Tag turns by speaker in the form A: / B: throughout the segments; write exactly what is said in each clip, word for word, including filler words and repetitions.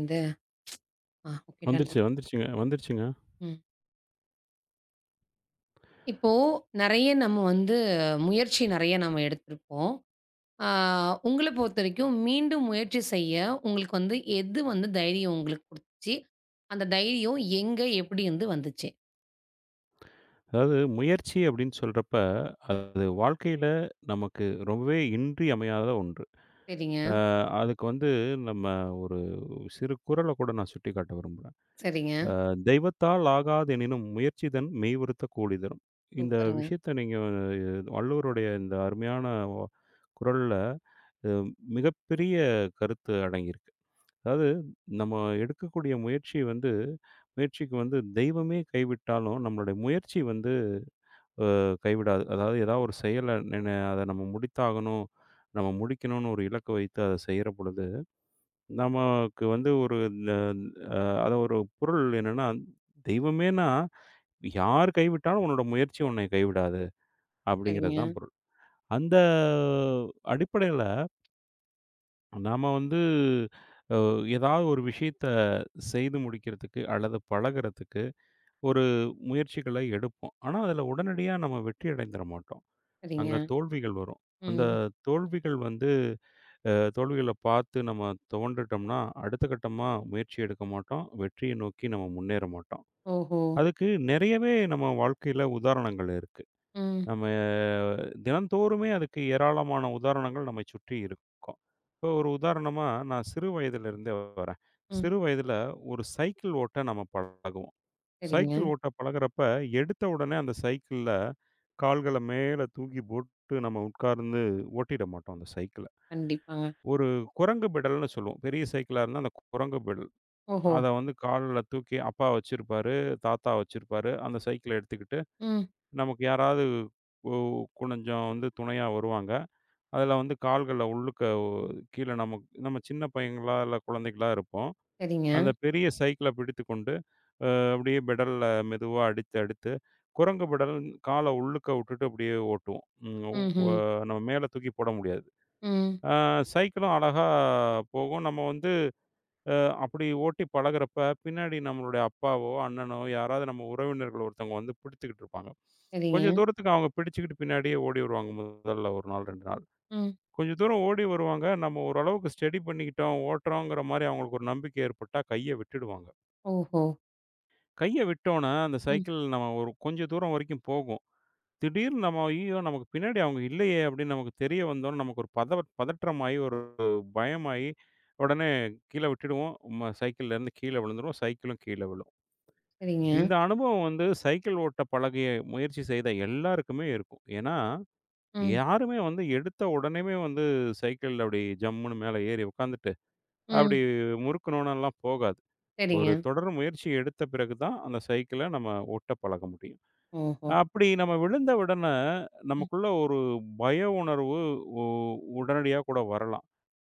A: வந்து ஆ okay done.
B: வந்துருச்சு, வந்துருச்சுங்க, வந்துருச்சுங்க.
A: ம். இப்போ நெறைய நம்ம வந்து முயற்சி நெறைய நம்ம எடுத்திருப்போம். ஆ உங்கள பொறுத்தவரைக்கும் மீண்டும் முயற்சி செய்ய உங்களுக்கு வந்து எது வந்து தைரியம் உங்களுக்கு குடுத்துச்சு? அந்த தைரியம் எங்க, எப்படி வந்து வந்துச்சு?
B: அதாவது முயற்சி அப்படின்னு சொல்றப்ப, அது வாழ்க்கையில நமக்கு ரொம்பவே இன்றியமையாத ஒன்று.
A: சரிங்க,
B: அ அதுக்கு வந்து நம்ம ஒரு சிறு குறள கூட நான் சுட்டிக்காட்ட விரும்புறேன்.
A: சரிங்க.
B: அ "தெய்வத்தால் ஆகாதெனினும் முயற்சிதன் மெய்வருத்த கூலி தரும்." இந்த
A: சூப்பருங்க.
B: விஷயத்த நீங்க வள்ளுவருடைய இந்த அருமையான வ குறள்ல அ மிகப்பெரிய கருத்து அடங்கியிருக்கு. அதாவது நம்ம எடுக்கக்கூடிய முயற்சி வந்து, முயற்சிக்கு வந்து தெய்வமே கைவிட்டாலும் நம்மளுடைய முயற்சி வந்து கைவிடாது. அதாவது ஏதாவது ஒரு செயல நின்னு அத நம்ம முடித்தாகணும், நம்ம முடிக்கணும்னு ஒரு இலக்க வைத்து அத செய்யற பொழுது, நமக்கு வந்து ஒரு இந்த, அ அத ஒரு பொருள் என்னன்னா, தெய்வமேன்னா, யார் கைவிட்டாலும் உன்னோட முயற்சி உன்னை கைவிடாது அப்படிங்கிறது
A: சரிங்க,
B: தான் பொருள். அந்த அடிப்படையில நாம வந்து அ ஏதாவது ஒரு விஷயத்த செய்து முடிக்கிறதுக்கு அல்லது பழகுறதுக்கு ஒரு முயற்சிகளை எடுப்போம். ஆனா, அதுல உடனடியா நம்ம வெற்றி அடைந்துற மாட்டோம்.
A: சரிங்க.
B: அங்க தோல்விகள் வரும். அந்த
A: ம்.
B: தோல்விகள் வந்து, அ தோல்விகள பார்த்து நம்ம துவண்டுட்டோம்னா, அடுத்த கட்டமா முயற்சி எடுக்க மாட்டோம். வெற்றியை நோக்கி நம்ம முன்னேற மாட்டோம்.
A: ஓஹோ!
B: அதுக்கு நெறையவே நம்ம வாழ்க்கையில உதாரணங்கள் இருக்கு.
A: ம்,
B: நம்ம அஹ், தினந்தோறுமே அதுக்கு ஏராளமான உதாரணங்கள் நம்மை சுற்றி இருக்கும். இப்போ ஒரு உதாரணமா நான் சிறு வயதிலிருந்தே வரேன்.
A: ம்.
B: சிறு வயதில ஒரு சைக்கிள் ஓட்ட நம்ம பழகுவோம்.
A: சரிங்க.
B: சைக்கிள் ஓட்ட பழகுறப்ப, எடுத்த உடனே அந்த சைக்கிள்ல கால்கள மேல தூக்கி போட்டு நம்ம உட்கார்ந்து ஓட்டிட மாட்டோம் அந்த சைக்கிள.
A: கண்டிப்பாங்க.
B: ஒரு குரங்கு பெடல்னு சொல்லுவோம். பெரிய சைக்கிளா இருந்தா அந்த குரங்கு பெடல்.
A: ஓஹோ!
B: அத வந்து கால்ல தூக்கி அப்பா வச்சிருப்பாரு, தாத்தா வச்சிருப்பாரு. அந்த சைக்கிள எடுத்துக்கிட்டு
A: ம்.
B: நமக்கு யாராவது ஒ கொஞ்சம் வந்து துணையா வருவாங்க. அதில வந்து கால்கள உள்ளுக்க, ஒ கீழ நமக் நம்ம சின்ன பையங்களா, இல்ல குழந்தைகளா இருப்போம்.
A: சரிங்க.
B: அந்த பெரிய சைக்கிள பிடித்துக்கொண்டு அப்படியே பெடல்ல மெதுவா அடித்து, அடித்து குரங்கு பெடல் கால உள்ளுக்க விட்டுட்டு அப்படியே ஓட்டுவோம். ம் வ
A: ம்ஹ்ம். ம்.
B: நம்ம மேல தூக்கி போட முடியாது.
A: ம்.
B: ஆ சைக்கிளும் அழகா போகும். நம்ம வந்து அ அப்படி ஓட்டி பழகுறப்ப, பின்னாடி நம்மளுடைய அப்பாவோ, அண்ணனோ யாராவது நம்ம உறவினர்கள் ஒருத்தவங்க வந்து பிடித்துக்கிட்டு இருப்பாங்க.
A: சரிங்க.
B: கொஞ்சம் தூரத்துக்கு அவங்க பிடிச்சுக்கிட்டு பின்னாடியே ஓடி வருவாங்க. முதல்ல ஒரு நாள், ரெண்டு நாள்.
A: ம்.
B: கொஞ்சம் தூரம் ஓடி வருவாங்க. நம்ம ஓரளவுக்கு ஸ்டடி பண்ணிக்கிட்டோம், ஓட்டுறோங்கிற மாரி அவங்களுக்கு ஒரு நம்பிக்கை ஏற்பட்டா கைய விட்டுடுவாங்க.
A: ஓஹோ!
B: கைய விட்டோன, அந்த
A: ம்.
B: சைக்கிள் நம்ம ஒரு கொஞ்சம் தூரம் வரைக்கும் போகும். திடீர்னு நம்ம "ஐய்யயோ! நமக்கு பின்னாடி அவங்க இல்லையே!" அப்படின்னு நமக்கு தெரிய வந்தோன, நமக்கு ஒரு பத பதற்றமாயி, ஒரு பயமாயி, உடனே கீழ விட்டுடுவோம். ம சைக்கிள்லேருந்து கீழ விழுந்துருவோம். சைக்கிளும் கீழ விழும்.
A: சரிங்க.
B: இந்த அனுபவம் வந்து சைக்கிள் ஓட்ட பழகிய, முயற்சி செய்த எல்லாருக்குமே இருக்கும். ஏன்னா,
A: ம்,
B: யாருமே வந்து எடுத்த உடனேயுமே வந்து சைக்கிள்ல அப்படி ஜம்முன்னு மேல ஏறி உட்காந்துட்டு, அப்படி
A: ம்.
B: முறுக்குனோனலாம் போகாது.
A: சரிங்க.
B: ஒரு தொடர் முயற்சி எடுத்த பிறகு தான், அந்த சைக்கிள நம்ம ஓட்ட பழக முடியும்.
A: ஓஹோ!
B: அப்படி நம்ம விழுந்த உடனே,
A: ம்.
B: நமக்குள்ள ஒரு பய உணர்வு உ உடனடியா கூட வரலாம்.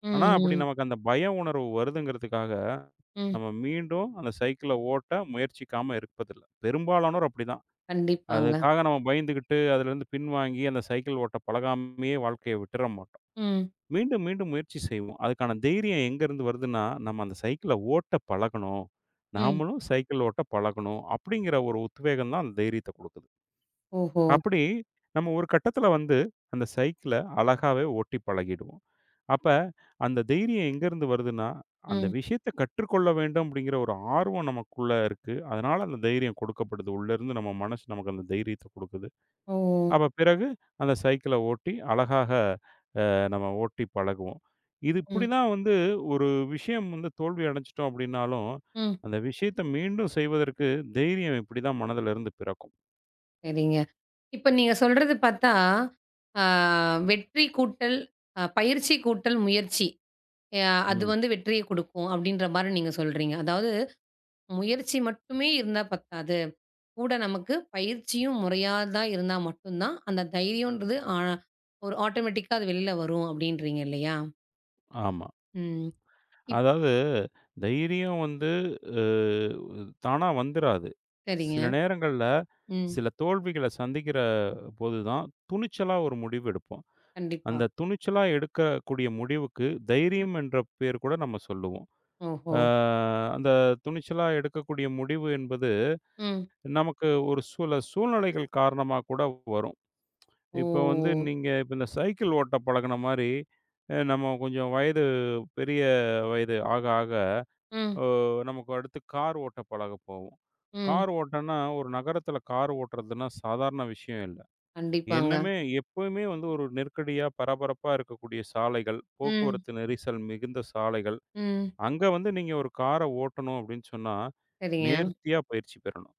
A: ம்,
B: ஆனா, அப்படி
A: ம்,
B: நமக்கு அந்த பய உணர்வு வருதுங்கிறதுக்காக,
A: ம்.
B: நம்ம மீண்டும் அந்த சைக்கிள ஓட்ட முயற்சிக்காம இருப்பதில்ல. பெரும்பாலானோர் அப்படிதான்.
A: கண்டிப்பாங்க.
B: அதுக்காக நம்ம பயந்துகிட்டு, அதிலிருந்து பின்வாங்கி, அந்த சைக்கிள் ஓட்ட பழகாமயே வாழ்க்கைய விட்டுற மாட்டோம்.
A: ம்,
B: மீண்டும், மீண்டும் முயற்சி செய்வோம். அதுக்கான தைரியம் எங்கேருந்து வருதுன்னா, நம்ம அந்த சைக்கிள ஓட்ட பழகணும்.
A: ம்.
B: நாமளும் சைக்கிள் ஓட்ட பழகணும். அப்படிங்கிற ஒரு உத்வேகம் தான் அந்த தைரியத்த குடுக்குது.
A: ஓஹோ!
B: அப்படி நம்ம ஒரு கட்டத்துல வந்து அந்த சைக்கிள அழகாவே ஓட்டி பழகிடுவோம். அப்ப அந்த தைரியம் எங்கேருந்து வருதுன்னா, அந்த
A: ம்.
B: விஷயத்த கற்றுக்கொள்ள வேண்டும் அப்படிங்கிற ஒரு ஆர்வம் நமக்குள்ள இருக்கு. அதனால அந்த தைரியம் கொடுக்கப்படுது. உள்ளேருந்து நம்ம மனசு நமக்கு அந்த தைரியத்த கொடுக்குது.
A: ஓ!
B: அப்ப பிறகு அந்த சைக்கிள ஓட்டி அழகாக அ நம்ம ஓட்டி பழகுவோம். இது
A: ம்,
B: இப்படிதான் வந்து ஒரு விஷயம் வந்து தோல்வி அடைஞ்சிட்டோம் அப்படின்னாலும்,
A: ம்.
B: அந்த விஷயத்த மீண்டும் செய்வதற்கு தைரியம் இப்படிதான் மனதிலிருந்து பிறக்கும்.
A: சரிங்க. இப்ப நீங்க சொல்றது பார்த்தா, ஆ வெற்றி கூட்டல், அ பயிற்சி கூட்டல் முயற்சி. அ அது
B: ம்.
A: வந்து வெற்றிய குடுக்கும் அப்டின்ற மாரி நீங்க சொல்றீங்க. அதாவது முயற்சி மட்டுமே இருந்தா பத்தாது. கூட நமக்கு பயிற்சியும் முறையாதா இருந்தா மட்டும் தான், அந்த தைரியம்ன்றது ஆ ஒரு ஆட்டோமேட்டிக்கா அது வெளில வரும் அப்டின்றீங்க இல்லையா?
B: ஆமா.
A: ம். இப்
B: அதாவது தைரியம் வந்து அ தானா வந்துராது. சில
A: சரிங்க.
B: நேரங்கள்ல
A: ம்.
B: சில தோல்விகள சந்திக்கிற போது தான் துணிச்சலா ஒரு முடிவு எடுப்போம்.
A: கண்டிப்பா.
B: அந்த துணிச்சலா எடுக்கக்கூடிய முடிவுக்கு தைரியம் என்ற பெயர் கூட நம்ம சொல்லுவோம்.
A: ஓஹோ!
B: அ அந்த துணிச்சலா எடுக்கக்கூடிய முடிவு என்பது
A: ம்.
B: நமக்கு ஒரு சில சூழ்நிலைகள் காரணமா கூட வரும்.
A: ஓ!
B: இப்போ வந்து நீங்க இப்ப இந்த சைக்கிள் ஓட்ட பழகுன மாரி அ நம்ம கொஞ்சம் வயது பெரிய வயது ஆக ஆக,
A: ம்,
B: ஓ! நமக்கு அடுத்து கார் ஓட்ட பழக போவோம்.
A: ம்.
B: கார் ஓட்டன்னா, ஒரு நகரத்தில கார் ஓட்டுறதுன்னா சாதாரண விஷயம் இல்ல.
A: கண்டிப்பாங்க.
B: என்னமே எப்பவுமே வந்து ஒரு நெருக்கடியா, பரபரப்பா இருக்கக்கூடிய சாலைகள்,
A: ம்,
B: போக்குவரத்து நெரிசல் மிகுந்த சாலைகள்,
A: ம்.
B: அங்க வந்து நீங்க ஒரு கார ஓட்டணும் அப்படின்னு சொன்னா,
A: சரிங்க.
B: நேர்த்தியா பயிற்சி பெறணும்.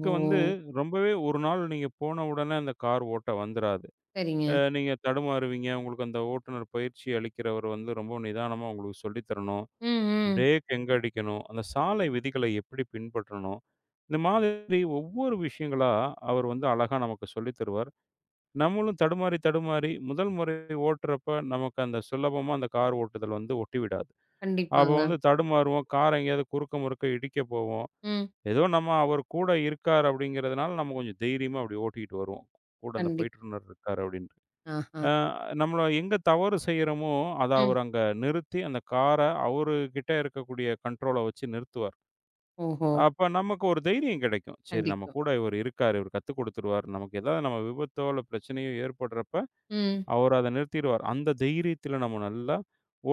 A: ஓ!
B: வந்து ரொம்பவே ஒரு நாள் நீங்க போன உடனே அந்த கார் ஓட்ட வந்துராது. அ
A: சரிங்க.
B: நீங்க தடுமாறுவீங்க. உங்களுக்கு அந்த ஓட்டுநர் பயிற்சி அளிக்கிறவர் வந்து ரொம்ப நிதானமா உங்களுக்கு சொல்லி தரணும்.
A: ம், ம்.
B: பிரேக் எங்க அடிக்கணும்? அந்த சாலை விதிகளை எப்படி பின்பற்றணும்? இந்த மாதிரி ஒவ்வொரு விஷயங்களா அவர் வந்து அழகா நமக்கு சொல்லித் தருவார். நம்மளும் தடுமாறி, தடுமாறி முதல் முறை ஓட்டுறப்ப நமக்கு அந்த சுலபமா அந்த கார் ஓட்டுதல் வந்து ஒட்டி விடாது. அப்போ
A: கண்டிப்பாங்க.
B: வந்து தடுமாறுவோம். கார் எங்கேயாவது குறுக்க முறுக்க இடிக்க போவோம்.
A: ம்.
B: ஏதோ நம்ம அவர் கூட இருக்கார் அப்படிங்கிறதுனால நம்ம கொஞ்சம் தைரியமா அப்படி ஓட்டிக்கிட்டு வருவோம். கூட அந்த
A: கண்டிப்
B: பயிற்றுனர் இருக்கார் அப்படின்னு.
A: ஆஹா.
B: அ நம்மள எங்க தவறு செய்றோமோ, அத
A: ம்.
B: அவரு அங்க நிறுத்தி, அந்த கார அவரு கிட்ட இருக்கக்கூடிய கண்ட்ரோல வச்சு நிறுத்துவார்.
A: ஓஹோ!
B: அப்ப நமக்கு ஒரு தைரியம் கிடைக்கும். சரி, நம்ம
A: கண்டிப்பா.
B: கூட இவரு இருக்காரு, இவரு கத்துக் குடுத்துருவாரு. நமக்கு ஏதாவது நம்ம விபத்தோ, இல்ல பிரச்சனையோ ஏற்படுறப்ப,
A: ம்.
B: அவரு அத நிறுத்திருவார். அந்த தைரியத்தில நம்ம நல்லா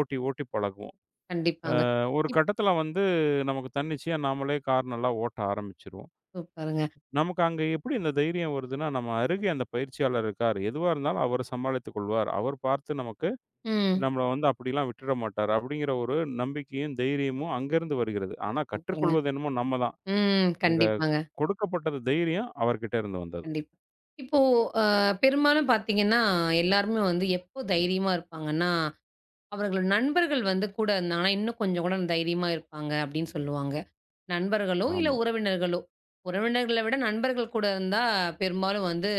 B: ஓட்டி, ஓட்டி பழகுவோம்.
A: கண்டிப்பாங்க.
B: அ ஒரு
A: இப்
B: கட்டத்தில வந்து நமக்கு தன்னிச்சையா நாமளே கார் நல்லா ஓட்ட ஆரம்பிச்சுருவோம்.
A: சூப்பருங்க.
B: நமக்கு அங்க எப்படி இந்த தைரியம் வருதுன்னா, நம்ம அருகே அந்த பயிற்சியாளர் இருக்காரு. எதுவா இருந்தாலும் அவரு சமாளித்துக் கொள்வார். அவர் பார்த்து நமக்கு,
A: ம்.
B: நம்மள வந்து அப்படிலாம் விட்டுட மாட்டாரு. அப்படிங்கிற ஒரு நம்பிக்கையும், தைரியமும் அங்கேருந்து வருகிறது. ஆனா
A: சூப்பருங்க.
B: கற்றுக்கொள்வது என்னமோ நம்ம தான்.
A: ம்.
B: அங்க
A: கண்டிப்பாங்க.
B: கொடுக்கப்பட்டது தைரியம் அவர்கிட்ட இருந்து வந்தது.
A: கண்டிப்பா. இப்போ அ பெரும்பாலும் பார்த்தீங்கன்னா, எல்லாருமே வந்து எப்போ தைரியமா இருப்பாங்கன்னா, அவர்கள் நண்பர்கள் வந்து கூட இருந்தாங்கன்னா, இன்னும் கொஞ்சம் கூட தைரியமா இருப்பாங்க அப்படின்னு சொல்லுவாங்க. நண்பர்களோ, இல்ல
B: ஆமா,
A: உறவினர்களோ. உறவினர்கள விட நண்பர்கள் கூட இருந்தா பெரும்பாலும் வந்து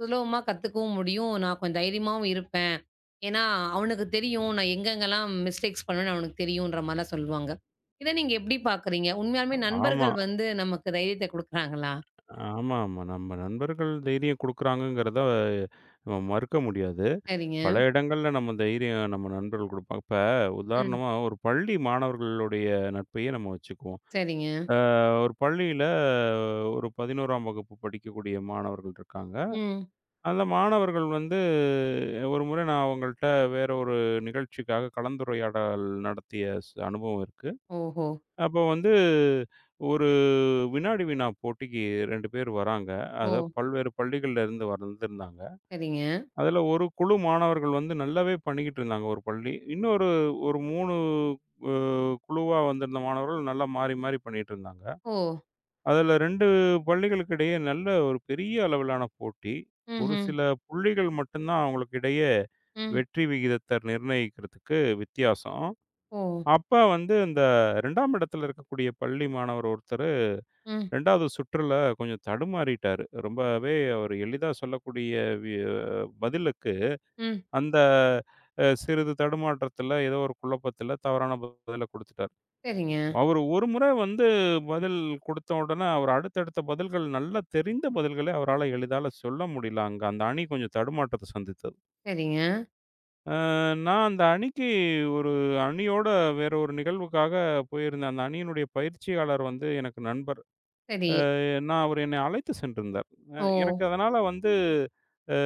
A: சுலபமா கத்துக்கவும் முடியும். நான் கொஞ்சம் தைரியமாவும் இருப்பேன். ஏன்னா, அவனுக்கு தெரியும். நான் எங்கெங்கலாம் மிஸ்டேக்ஸ் பண்ணுவேன்னு அவனுக்கு தெரியுன்ற மாரிலாம் சொல்லுவாங்க. இத நீங்க எப்படி பார்க்குறீங்க? உண்மையாலுமே
B: ஆமா,
A: நண்பர்கள் வந்து நமக்கு தைரியத்த குடுக்குறாங்களா?
B: ஆமாமா. நம்ம நண்பர்கள் தைரியம் குடுக்குறாங்கங்கிறத நம்ம மறுக்க முடியாது.
A: சரிங்க.
B: பல இடங்கள்ல நம்ம தைரியம் நம்ம நண்பர்கள் குடுப்பாங்க. இப்ப
A: ம்.
B: உதாரணமா ஒரு பள்ளி மாணவர்களுடைய நட்பையே நம்ம வச்சுக்குவோம்.
A: சரிங்க.
B: அ ஒரு பள்ளியில ஒரு பதினோராம் வகுப்பு படிக்கக்கூடிய மாணவர்கள் இருக்காங்க.
A: ம்.
B: அந்த மாணவர்கள் வந்து ஒரு முறை நான் அவங்கள்ட்ட வேற ஒரு நிகழ்ச்சிக்காக கலந்துரையாடல் நடத்திய ஸ் அனுபவம் இருக்கு.
A: ஓஹோ!
B: அப்போ வந்து ஒரு வினாடி வினா போட்டிக்கு ரெண்டு பேர் வராங்க.
A: ஓ!
B: அதாவது பல்வேறு பள்ளிகள்ல இருந்து வந்திருந்தாங்க.
A: சரிங்க.
B: அதில ஒரு குழு மாணவர்கள் வந்து நல்லாவே பண்ணிக்கிட்டு இருந்தாங்க ஒரு பள்ளி. இன்னொரு ஒரு மூணு அ குழுவா வந்திருந்த மாணவர்கள் நல்லா மாறி மாறி பண்ணிட்டு இருந்தாங்க.
A: ஓ!
B: அதில ரெண்டு பள்ளிகளுக்கு இடையே நல்ல ஒரு பெரிய அளவிலான போட்டி. ஒரு
A: ம்ஹ்ம்.
B: சில புள்ளிகள் மட்டும் தான் அவங்களுக்கு இடையே
A: ம். ம்.
B: வெற்றி விகிதத்த நிர்ணயிக்கிறதுக்கு வித்தியாசம்.
A: ஓ!
B: அப்ப வந்து இந்த இரண்டாம் இடத்துல இருக்கக்கூடிய பள்ளி மாணவர் ஒருத்தரு
A: ம்.
B: இரண்டாவது சுற்றுல கொஞ்சம் தடுமாறிட்டாரு. ரொம்பவே அவரு எளிதா சொல்லக்கூடிய வி பதிலுக்கு
A: ம்.
B: அந்த அ சிறிது தடுமாற்றத்துல ஏதோ ஒரு குழப்பத்துல தவறான பதில குடுத்துட்டாரு.
A: சரிங்க,
B: அவரு ஒரு முறை வந்து பதில் குடுத்த உடனே, அவர் அடுத்தடுத்த பதில்கள், நல்லா தெரிந்த பதில்களை அவரால எளிதால சொல்ல முடியல அங்க. அந்த அணி கொஞ்சம் தடுமாற்றத்த சந்தித்தது.
A: சரிங்க.
B: அ நான் அந்த அணிக்கு ஒரு அணியோட வேற ஒரு நிகழ்வுக்காக போயிருந்தேன். அந்த அணியினுடைய பயிற்சியாளர் வந்து எனக்கு நண்பர்.
A: சரி.
B: அ நான் அவர் என்னை அழைத்து சென்றிருந்தார். அ
A: ஓ!
B: எனக்கு அதனால வந்து அ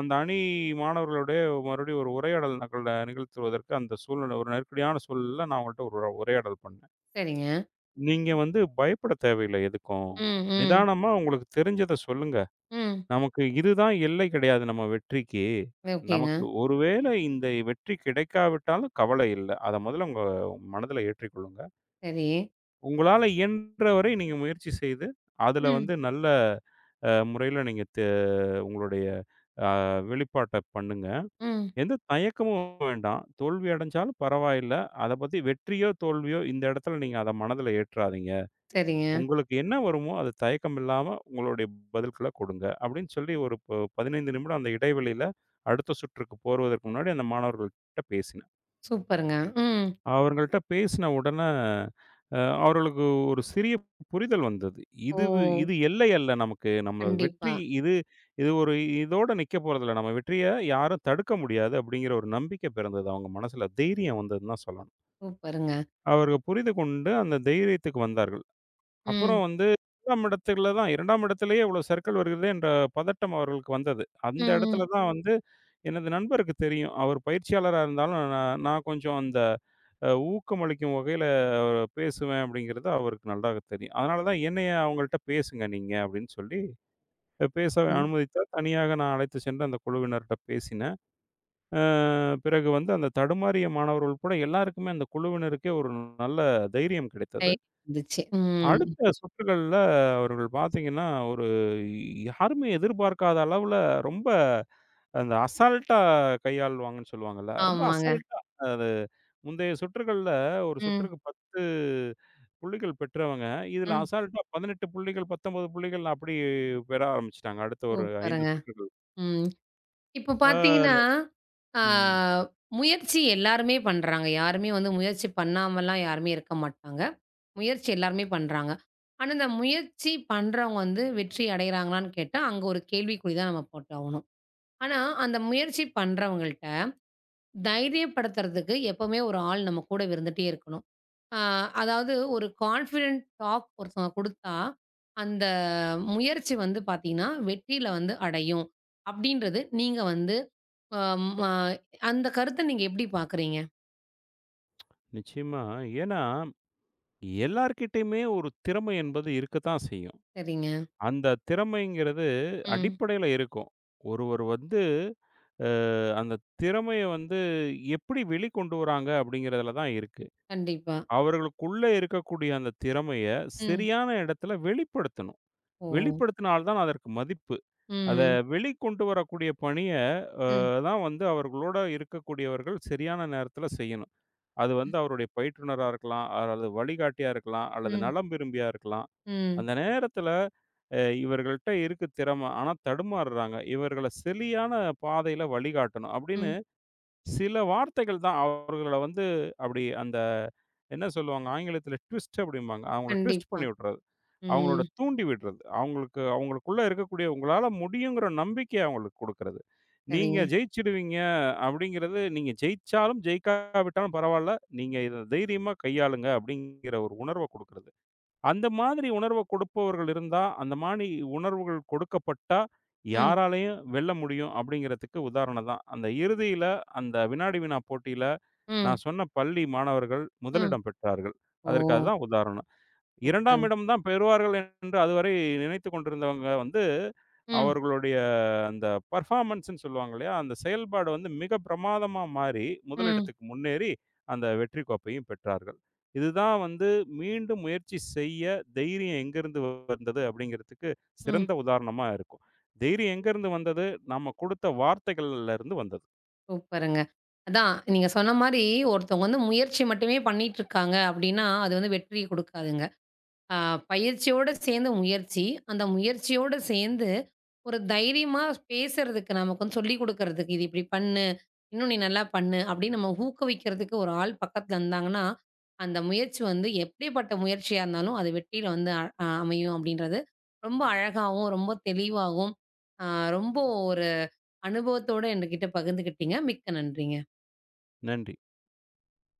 B: அந்த அணி மாணவர்களுடைய மறுபடியும் ஒரு உரையாடல் நாங்கள் நிகழ்த்துவதற்கு, அந்த சூழ்நிலை ஒரு நெருக்கடியான சூழல்ல நான் அவங்கள்ட்ட ஒரு உரையாடல் பண்ணேன்.
A: சரிங்க.
B: நீங்க வந்து பயப்பட தேவையில்ல எதுக்கும்.
A: ம். ம்.
B: நிதானமா உங்களுக்கு தெரிஞ்சத சொல்லுங்க.
A: ம்.
B: நமக்கு இதுதான் எல்லை கிடையாது நம்ம வெற்றிக்கு.
A: ஓகேங்க.
B: நமக்கு ஒருவேளை இந்த வெற்றி கிடைக்காவிட்டாலும் கவலை இல்ல. அத முதல்ல உங்க மனதில ஏற்றிக்கொள்ளுங்க.
A: சரி.
B: உங்களால இயன்ற வரை நீங்க முயற்சி செய்து, அதுல
A: ம்.
B: வந்து நல்ல அ முறையில நீங்க தெ உங்களுடைய அ வெளிப்பாட்ட பண்ணுங்க.
A: ம்.
B: எந்த தயக்கமும் வேண்டாம். தோல்வி அடைஞ்சாலும் பரவாயில்ல. அத பத்தி வெற்றியோ, தோல்வியோ இந்த இடத்துல நீங்க அத மனதில ஏற்றாதீங்க.
A: சரிங்க.
B: உங்களுக்கு என்ன வருமோ, அது தயக்கம் இல்லாம உங்களுடைய பதில்கள கொடுங்க. அப்படின்னு சொல்லி ஒரு ப பதினைந்து நிமிடம் அந்த இடைவெளியில அடுத்த சுற்றுக்கு போறுவதற்கு முன்னாடி அந்த மாணவர்கள்ட்ட பேசினேன்.
A: சூப்பருங்க. ம்.
B: அவர்கள்ட்ட பேசின உடனே அ அவர்களுக்கு ஒரு சிறிய புரிதல் வந்தது.
A: ஓ!
B: இது வி- இது எல்லை அல்ல நமக்கு. நம்ம வெற்றி
A: கண்டிப்பா.
B: இது, இது ஒரு இதோட நிக்க போறதில்ல. நம்ம வெற்றிய யாரும் தடுக்க முடியாது அப்படிங்கிற ஒரு நம்பிக்கை பிறந்தது அவங்க மனசுல. தைரியம் வந்ததுன்னு தான் சொல்லணும்.
A: சூப்பருங்க.
B: அவர்கள் புரிந்து கொண்டு அந்த தைரியத்துக்கு வந்தார்கள்.
A: ம்.
B: அப்புறம் வந்து இரண்டாம் இடத்துல தான், இரண்டாம் இடத்திலேயே இவ்வளோ சறுக்கல் வருகிறதே என்ற பதட்டம் அவர்களுக்கு வந்தது.
A: ம்.
B: அந்த
A: ம்.
B: இடத்துல தான் ம். வந்து எனது நண்பருக்கு தெரியும். அவர் பயிற்சியாளரா இருந்தாலும் நான் நான் கொஞ்சம் அந்த அ ஊக்கமளிக்கும் வகையில பேசுவேன் அப்படிங்கிறது அவருக்கு நல்லாவே தெரியும். அதனால தான் என்னைய அவங்கள்ட்ட பேசுங்க நீங்க அப்படின்னு சொல்லி, அஹ், பேச
A: ம்.
B: அனுமதித்தார். தனியாக நான் அழைத்து சென்று அந்த குழுவினர்ட்ட பேசினேன். அ பிறகு வந்து அந்த தடுமாறிய மாணவர்கள் உட்பட எல்லாருக்குமே அந்த குழுவினருக்கே ஒரு நல்ல தைரியம்
A: கை
B: கிடைத்தது.
A: வந்துச்சு. ம்.
B: அடுத்த சுற்றுகள்ல அவர்கள் பார்த்தீங்கன்னா, ஒரு யாருமே எதிர்பார்க்காத அளவுல ரொம்ப அந்த அசால்ட்டா கையாள்வாங்கன்னு சொல்லுவாங்கல்ல. ரொம்ப
A: ஆமாங்க.
B: அசால்ட்டா, அது முந்தைய சுற்றுகள்ல ஒரு
A: ம்.
B: சுற்றுக்கு பத்து புள்ளிகள் பெற்றவங்க, இதில
A: ம்.
B: அசால்ட்டா பதினெட்டு புள்ளிகள், பத்தொன்பது புள்ளிகள் அப்படி பெற ஆரம்பிச்சுட்டாங்க. அடுத்த ஒரு ஐந்து
A: சூப்பருங்க.
B: சுற்றுகள்.
A: ம். இப்ப
B: ஆ
A: பார்த்தீங்கன்னா, ஆ
B: ம்.
A: முயற்சி எல்லாருமே பண்றாங்க. யாருமே வந்து முயற்சி பண்ணாமலாம் யாருமே இருக்க மாட்டாங்க. முயற்சி எல்லாருமே பண்றாங்க. ஆனா, இந்த முயற்சி பண்றவங்க வந்து வெற்றி அடையறாங்களான்னு கேட்டா, அங்க ஒரு கேள்விக்குறி தான் நம்ம போட்டாவணும். ஆனா, அந்த முயற்சி பண்றவங்கள்ட்ட தைரியப்படுத்துறதுக்கு எப்பவுமே ஒரு ஆள் நம்ம கூடவே இருந்துட்டே இருக்கணும். அ அதாவது ஒரு கான்ஃபிடென்ட் டாக் ஒருத்தவங்க குடுத்தா, அந்த முயற்சி வந்து பாத்தீங்கன்னா, வெற்றில வந்து அடையும். அப்டின்றது நீங்க வந்து அ ம ஆஹ் அந்த கருத்த நீங்க எப்டி பாக்குறீங்க?
B: நிச்சயமா. ஏன்னா, எல்லார்கிட்டயுமே ஒரு திறமை என்பது இருக்கத்தான் செய்யும்.
A: சரிங்க.
B: அந்த திறமைங்கிறது
A: ம்.
B: அடிப்படையில இருக்கும். ஒருவர் வந்து அ அந்த திறமைய வந்து எப்படி வெளிக்கொண்டு வராங்க அப்படிங்கிறதுல தான் இருக்கு.
A: கண்டிப்பா.
B: அவர்களுக்குள்ள இருக்கக்கூடிய அந்த திறமைய
A: ம்.
B: சரியான இடத்துல வெளிப்படுத்தணும்.
A: ஓ!
B: வெளிப்படுத்தினால் தான் அதற்கு மதிப்பு. அத
A: ம்.
B: வெளிக்கொண்டு வரக்கூடிய பணிய அ
A: ம்.
B: தான் வந்து அவர்களோட இருக்கக்கூடியவர்கள் சரியான நேரத்தில செய்யணும். அது வந்து அவருடைய பயிற்றுனரா இருக்கலாம், அல்லது வழிகாட்டியா இருக்கலாம், அல்லது
A: ம்.
B: நலம் விரும்பியா இருக்கலாம்.
A: ம்.
B: அந்த நேரத்துல அ இவர்கள்ட்ட இருக்கு திறமை. ஆனா தடுமாறுறாங்க. இவர்கள சரியான பாதையில வழிகாட்டணும் அப்படின்னு
A: ம்.
B: சில வார்த்தைகள் தான் அவர்கள வந்து அப்படி அந்த, என்ன சொல்லுவாங்க? ஆங்கிலத்தில ட்விஸ்ட் அப்படிம்பாங்க. அவங்கள ட்விஸ்ட்
A: கண்டிப்பா.
B: பண்ணி விட்டுறது. அவங்களோட
A: ம்.
B: தூண்டி விடுறது. அவங்களுக்கு அவங்களுக்குள்ள இருக்கக்கூடிய உங்களால முடியுங்கிற நம்பிக்கைய அவங்களுக்கு குடுக்குறது. நீங்க
A: சரிங்க.
B: ஜெயிச்சிடுவீங்க அப்படிங்கிறது, நீங்க ஜெயிச்சாலும், ஜெயிக்காவிட்டாலும் பரவால்ல. நீங்க இத தைரியமா கையாளுங்க அப்படிங்கிற ஒரு உணர்வ குடுக்குறது. அந்த மாதிரி உணர்வ கொடுப்பவர்கள் இருந்தா, அந்த மாரி உணர்வுகள் கொடுக்கப்பட்டா,
A: ம்.
B: யாராலயும் வெல்ல முடியும் அப்படிங்கிறதுக்கு உதாரணம் தான். அந்த இறுதியில, அந்த வினாடி வினா போட்டியில,
A: ம்.
B: நான் சொன்ன பள்ளி மாணவர்கள்
A: ம்.
B: முதலிடம் பெற்றார்கள். அதற்கு
A: ஓ!
B: அதுதான் உதாரணம். இரண்டாம்
A: சூப்பருங்க.
B: இடம் தான் பெறுவார்கள் என்று அதுவரை நினைத்துக் கொண்டிருந்தவங்க வந்து,
A: ம்.
B: அவர்களுடைய அந்த பெர்ஃபார்மன்ஸ்ன்னு சொல்லுவாங்க இல்லையா? அந்த செயல்பாடு வந்து மிக பிரமாதமா மாறி,
A: ம்.
B: முதலிடத்துக்கு முன்னேறி அந்த வெற்றி கோப்பையும் பெற்றார்கள். இதுதான் வந்து மீண்டும் முயற்சி செய்ய தைரியம் எங்கேருந்து வந்தது அப்படிங்கிறதுக்கு
A: ம்.
B: சிறந்த உதாரணமா இருக்கும். தைரியம் எங்கேருந்து வந்தது? நம்ம குடுத்த வார்த்தைகள்ல இருந்து வந்தது.
A: சூப்பருங்க. அதான் நீங்க சொன்ன மாரி, ஒருத்தவங்க வந்து முயற்சி மட்டுமே பண்ணிட்டு இருக்காங்க அப்படின்னா, அது வந்து வெற்றிய குடுக்காதுங்க. அ பயிற்சியோட சேர்ந்து முயற்சி, அந்த முயற்சியோட சேர்ந்து ஒரு தைரியமா பேசுறதுக்கு, நமக்கு வந்து சொல்லிக் குடுக்கறதுக்கு, "இது இப்படி பண்ணு, இன்னும் நீ நல்லா பண்ணு" அப்படின்னு நம்ம ஊக்குவிக்கிறதுக்கு ஒரு ஆள் பக்கத்துல இருந்தாங்கன்னா, அந்த முயற்சி வந்து எப்படிப்பட்ட முயற்சியா இருந்தாலும், அது வெற்றியில வந்து அ ஆஹ் அமையும் அப்படின்றது ரொம்ப அழகாவும், ரொம்ப தெளிவாவும், அ ரொம்ப ஒரு அனுபவத்தோட என்கிட்ட பகிர்ந்துக்கிட்டீங்க. மிக்க நன்றிங்க.
B: நன்றி.